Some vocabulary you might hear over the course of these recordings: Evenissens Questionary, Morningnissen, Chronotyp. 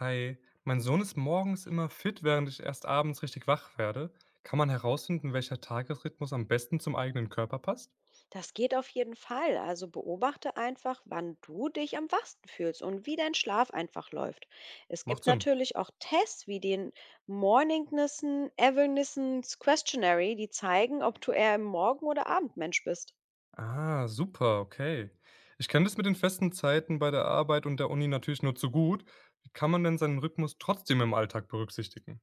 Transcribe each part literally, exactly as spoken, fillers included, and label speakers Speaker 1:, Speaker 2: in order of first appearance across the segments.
Speaker 1: Hi, mein Sohn ist morgens immer fit, während ich erst abends richtig wach werde. Kann man herausfinden, welcher Tagesrhythmus am besten zum eigenen Körper passt?
Speaker 2: Das geht auf jeden Fall. Also beobachte einfach, wann du dich am wachsten fühlst und wie dein Schlaf einfach läuft. Es
Speaker 1: Macht
Speaker 2: gibt
Speaker 1: Sinn.
Speaker 2: natürlich auch Tests wie den Morningnissen, Evenissens Questionary, die zeigen, ob du eher im Morgen- oder Abendmensch bist.
Speaker 1: Ah, super, okay. Ich kenne das mit den festen Zeiten bei der Arbeit und der Uni natürlich nur zu gut. Wie kann man denn seinen Rhythmus trotzdem im Alltag berücksichtigen?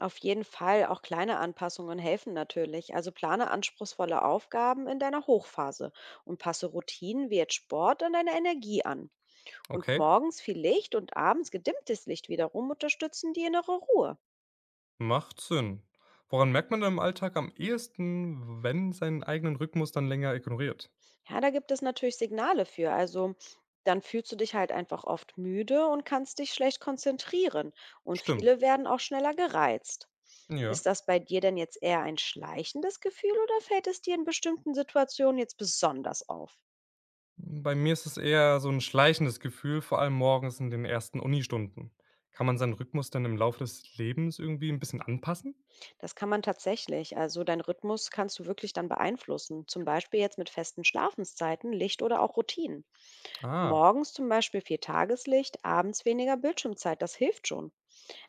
Speaker 2: Auf jeden Fall, auch kleine Anpassungen helfen natürlich. Also plane anspruchsvolle Aufgaben in deiner Hochphase und passe Routinen wie jetzt Sport an deine Energie an. Und
Speaker 1: Okay,
Speaker 2: morgens viel Licht und abends gedimmtes Licht wiederum unterstützen die innere Ruhe.
Speaker 1: macht Sinn. Woran merkt man denn im Alltag am ehesten, wenn seinen eigenen Rhythmus dann länger ignoriert?
Speaker 2: Ja, da gibt es natürlich Signale für. Also dann fühlst du dich halt einfach oft müde und kannst dich schlecht konzentrieren. Und
Speaker 1: Stimmt.
Speaker 2: viele werden auch schneller gereizt.
Speaker 1: Ja.
Speaker 2: Ist das bei dir denn jetzt eher ein schleichendes Gefühl oder fällt es dir in bestimmten Situationen jetzt besonders auf?
Speaker 1: Bei mir ist es eher so ein schleichendes Gefühl, vor allem morgens in den ersten Unistunden. Kann man seinen Rhythmus dann im Laufe des Lebens irgendwie ein bisschen anpassen?
Speaker 2: Das kann man tatsächlich. Also deinen Rhythmus kannst du wirklich dann beeinflussen. Zum Beispiel jetzt mit festen Schlafenszeiten, Licht oder auch Routinen.
Speaker 1: Ah,
Speaker 2: Morgens zum Beispiel viel Tageslicht, abends weniger Bildschirmzeit. Das hilft schon.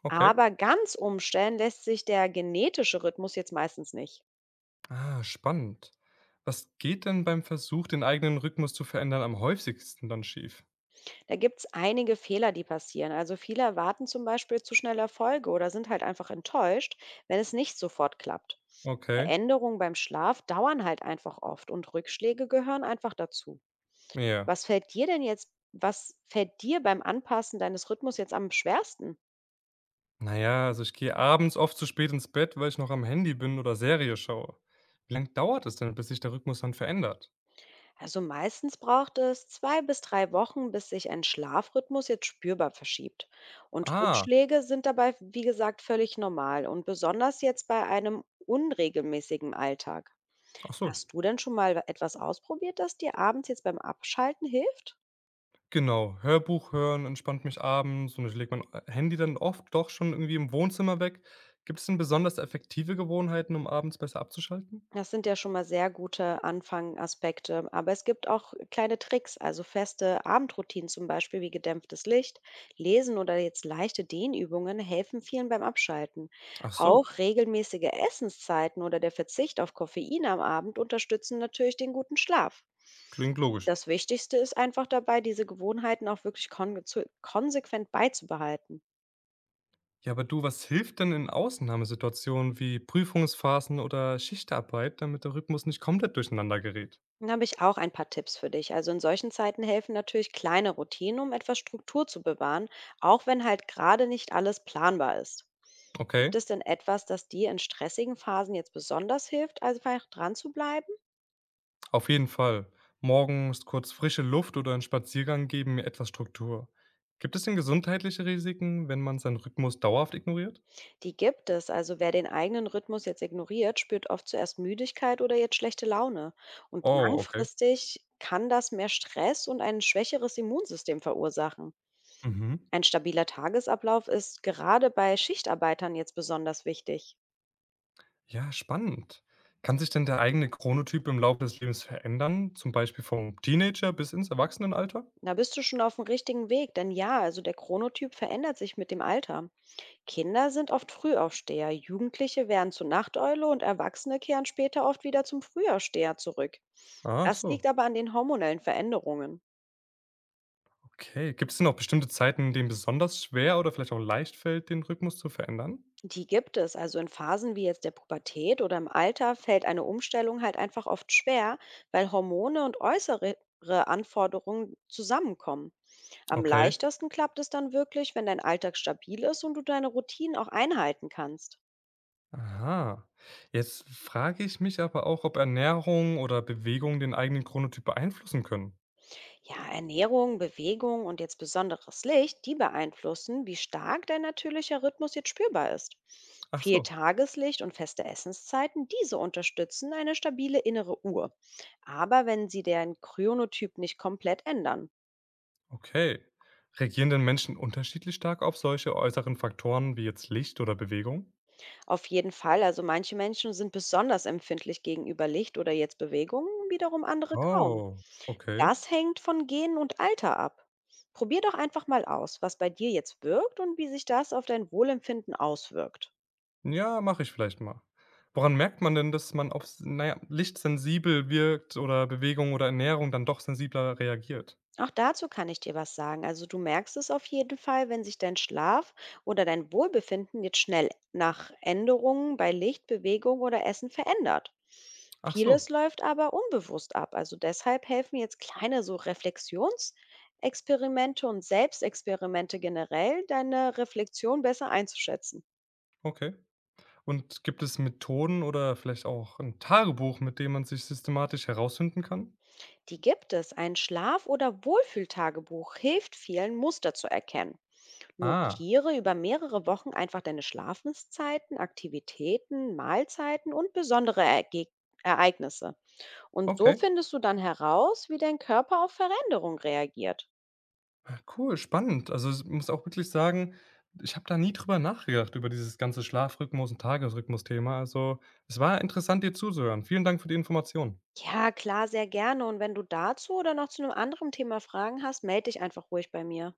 Speaker 1: okay.
Speaker 2: Aber ganz umstellen lässt sich der genetische Rhythmus jetzt meistens nicht.
Speaker 1: Ah, spannend. Was geht denn beim Versuch, den eigenen Rhythmus zu verändern, am häufigsten dann schief?
Speaker 2: Da gibt's einige Fehler, die passieren. Also viele erwarten zum Beispiel zu schnell Erfolge oder sind halt einfach enttäuscht, wenn es nicht sofort klappt.
Speaker 1: Okay,
Speaker 2: Veränderungen beim Schlaf dauern halt einfach oft und Rückschläge gehören einfach dazu.
Speaker 1: ja.
Speaker 2: Was fällt dir denn jetzt, was fällt dir beim Anpassen deines Rhythmus jetzt am schwersten?
Speaker 1: Na ja, also, ich gehe abends oft zu spät ins Bett, weil ich noch am Handy bin oder Serie schaue. Wie lange dauert es denn, bis sich der Rhythmus dann verändert?
Speaker 2: Also meistens braucht es zwei bis drei Wochen, bis sich ein Schlafrhythmus jetzt spürbar verschiebt. Und
Speaker 1: Ah,
Speaker 2: Rückschläge sind dabei, wie gesagt, völlig normal und besonders jetzt bei einem unregelmäßigen Alltag.
Speaker 1: ach so.
Speaker 2: Hast du denn schon mal etwas ausprobiert, das dir abends jetzt beim Abschalten hilft?
Speaker 1: Genau, Hörbuch hören entspannt mich abends und ich lege mein, äh, Handy dann oft doch schon irgendwie im Wohnzimmer weg. Gibt es denn besonders effektive Gewohnheiten, um abends besser abzuschalten?
Speaker 2: Das sind ja schon mal sehr gute Anfangaspekte. Aber es gibt auch kleine Tricks, also feste Abendroutinen zum Beispiel wie gedämpftes Licht, Lesen oder jetzt leichte Dehnübungen helfen vielen beim Abschalten.
Speaker 1: Ach
Speaker 2: Auch
Speaker 1: so,
Speaker 2: regelmäßige Essenszeiten oder der Verzicht auf Koffein am Abend unterstützen natürlich den guten Schlaf.
Speaker 1: klingt logisch.
Speaker 2: Das Wichtigste ist einfach dabei, diese Gewohnheiten auch wirklich konge- zu- konsequent beizubehalten.
Speaker 1: Ja, aber du, was hilft denn in Ausnahmesituationen wie Prüfungsphasen oder Schichtarbeit, damit der Rhythmus nicht komplett durcheinander gerät?
Speaker 2: Dann habe ich auch ein paar Tipps für dich. Also in solchen Zeiten helfen natürlich kleine Routinen, um etwas Struktur zu bewahren, auch wenn halt gerade nicht alles planbar ist. Gibt
Speaker 1: Okay,
Speaker 2: es denn etwas, das dir in stressigen Phasen jetzt besonders hilft, also einfach dran zu bleiben?
Speaker 1: auf jeden Fall. Morgens kurz frische Luft oder ein Spaziergang geben mir etwas Struktur. Gibt es denn gesundheitliche Risiken, wenn man seinen Rhythmus dauerhaft ignoriert?
Speaker 2: Die gibt es. Also wer den eigenen Rhythmus jetzt ignoriert, spürt oft zuerst Müdigkeit oder jetzt schlechte Laune. Und
Speaker 1: Oh, okay.
Speaker 2: langfristig kann das mehr Stress und ein schwächeres Immunsystem verursachen.
Speaker 1: Mhm.
Speaker 2: Ein stabiler Tagesablauf ist gerade bei Schichtarbeitern jetzt besonders wichtig.
Speaker 1: Ja, spannend. Kann sich denn der eigene Chronotyp im Laufe des Lebens verändern, zum Beispiel vom Teenager bis ins Erwachsenenalter?
Speaker 2: Da bist du schon auf dem richtigen Weg, denn ja, also der Chronotyp verändert sich mit dem Alter. Kinder sind oft Frühaufsteher, Jugendliche werden zur Nachteule und Erwachsene kehren später oft wieder zum Frühaufsteher zurück.
Speaker 1: Ach
Speaker 2: Das liegt
Speaker 1: so,
Speaker 2: aber an den hormonellen Veränderungen.
Speaker 1: okay. Gibt es denn auch bestimmte Zeiten, in denen besonders schwer oder vielleicht auch leicht fällt, den Rhythmus zu verändern?
Speaker 2: Die gibt es, also in Phasen wie jetzt der Pubertät oder im Alter fällt eine Umstellung halt einfach oft schwer, weil Hormone und äußere Anforderungen zusammenkommen. Am
Speaker 1: Okay.
Speaker 2: leichtesten klappt es dann wirklich, wenn dein Alltag stabil ist und du deine Routinen auch einhalten kannst.
Speaker 1: Aha. Jetzt frage ich mich aber auch, ob Ernährung oder Bewegung den eigenen Chronotyp beeinflussen können.
Speaker 2: Ja, Ernährung, Bewegung und jetzt besonderes Licht, die beeinflussen, wie stark dein natürlicher Rhythmus jetzt spürbar ist.
Speaker 1: Ach
Speaker 2: Viel
Speaker 1: so,
Speaker 2: Tageslicht und feste Essenszeiten, diese unterstützen eine stabile innere Uhr. Aber wenn sie deren Chronotyp nicht komplett ändern.
Speaker 1: okay. Reagieren denn Menschen unterschiedlich stark auf solche äußeren Faktoren wie jetzt Licht oder Bewegung?
Speaker 2: Auf jeden Fall, also manche Menschen sind besonders empfindlich gegenüber Licht oder jetzt Bewegung, wiederum andere kaum.
Speaker 1: Oh, okay.
Speaker 2: Das hängt von Genen und Alter ab. Probier doch einfach mal aus, was bei dir jetzt wirkt und wie sich das auf dein Wohlempfinden auswirkt.
Speaker 1: Ja, mache ich vielleicht mal. Woran merkt man denn, dass man auf s na ja, Licht sensibel wirkt oder Bewegung oder Ernährung dann doch sensibler reagiert?
Speaker 2: Auch dazu kann ich dir was sagen. Also du merkst es auf jeden Fall, wenn sich dein Schlaf oder dein Wohlbefinden jetzt schnell nach Änderungen bei Licht, Bewegung oder Essen verändert.
Speaker 1: Ach
Speaker 2: Vieles
Speaker 1: so,
Speaker 2: läuft aber unbewusst ab. Also deshalb helfen jetzt kleine so Reflexionsexperimente und Selbstexperimente generell, deine Reflexion besser einzuschätzen.
Speaker 1: okay. Und gibt es Methoden oder vielleicht auch ein Tagebuch, mit dem man sich systematisch herausfinden kann?
Speaker 2: Die gibt es. Ein Schlaf- oder Wohlfühltagebuch hilft vielen, Muster zu erkennen.
Speaker 1: Ah,
Speaker 2: Notiere über mehrere Wochen einfach deine Schlafenszeiten, Aktivitäten, Mahlzeiten und besondere Erge Ereignisse. Und so
Speaker 1: okay.
Speaker 2: findest du dann heraus, wie dein Körper auf Veränderungen reagiert.
Speaker 1: Ah, cool, spannend. Also, s muss auch wirklich sagen, ich habe da nie drüber nachgedacht, über dieses ganze Schlafrhythmus und Tagesrhythmus-Thema. Also, es war interessant, dir zuzuhören. Vielen Dank für die Information.
Speaker 2: Ja, klar, sehr gerne. Und wenn du dazu oder noch zu einem anderen Thema Fragen hast, melde dich einfach ruhig bei mir.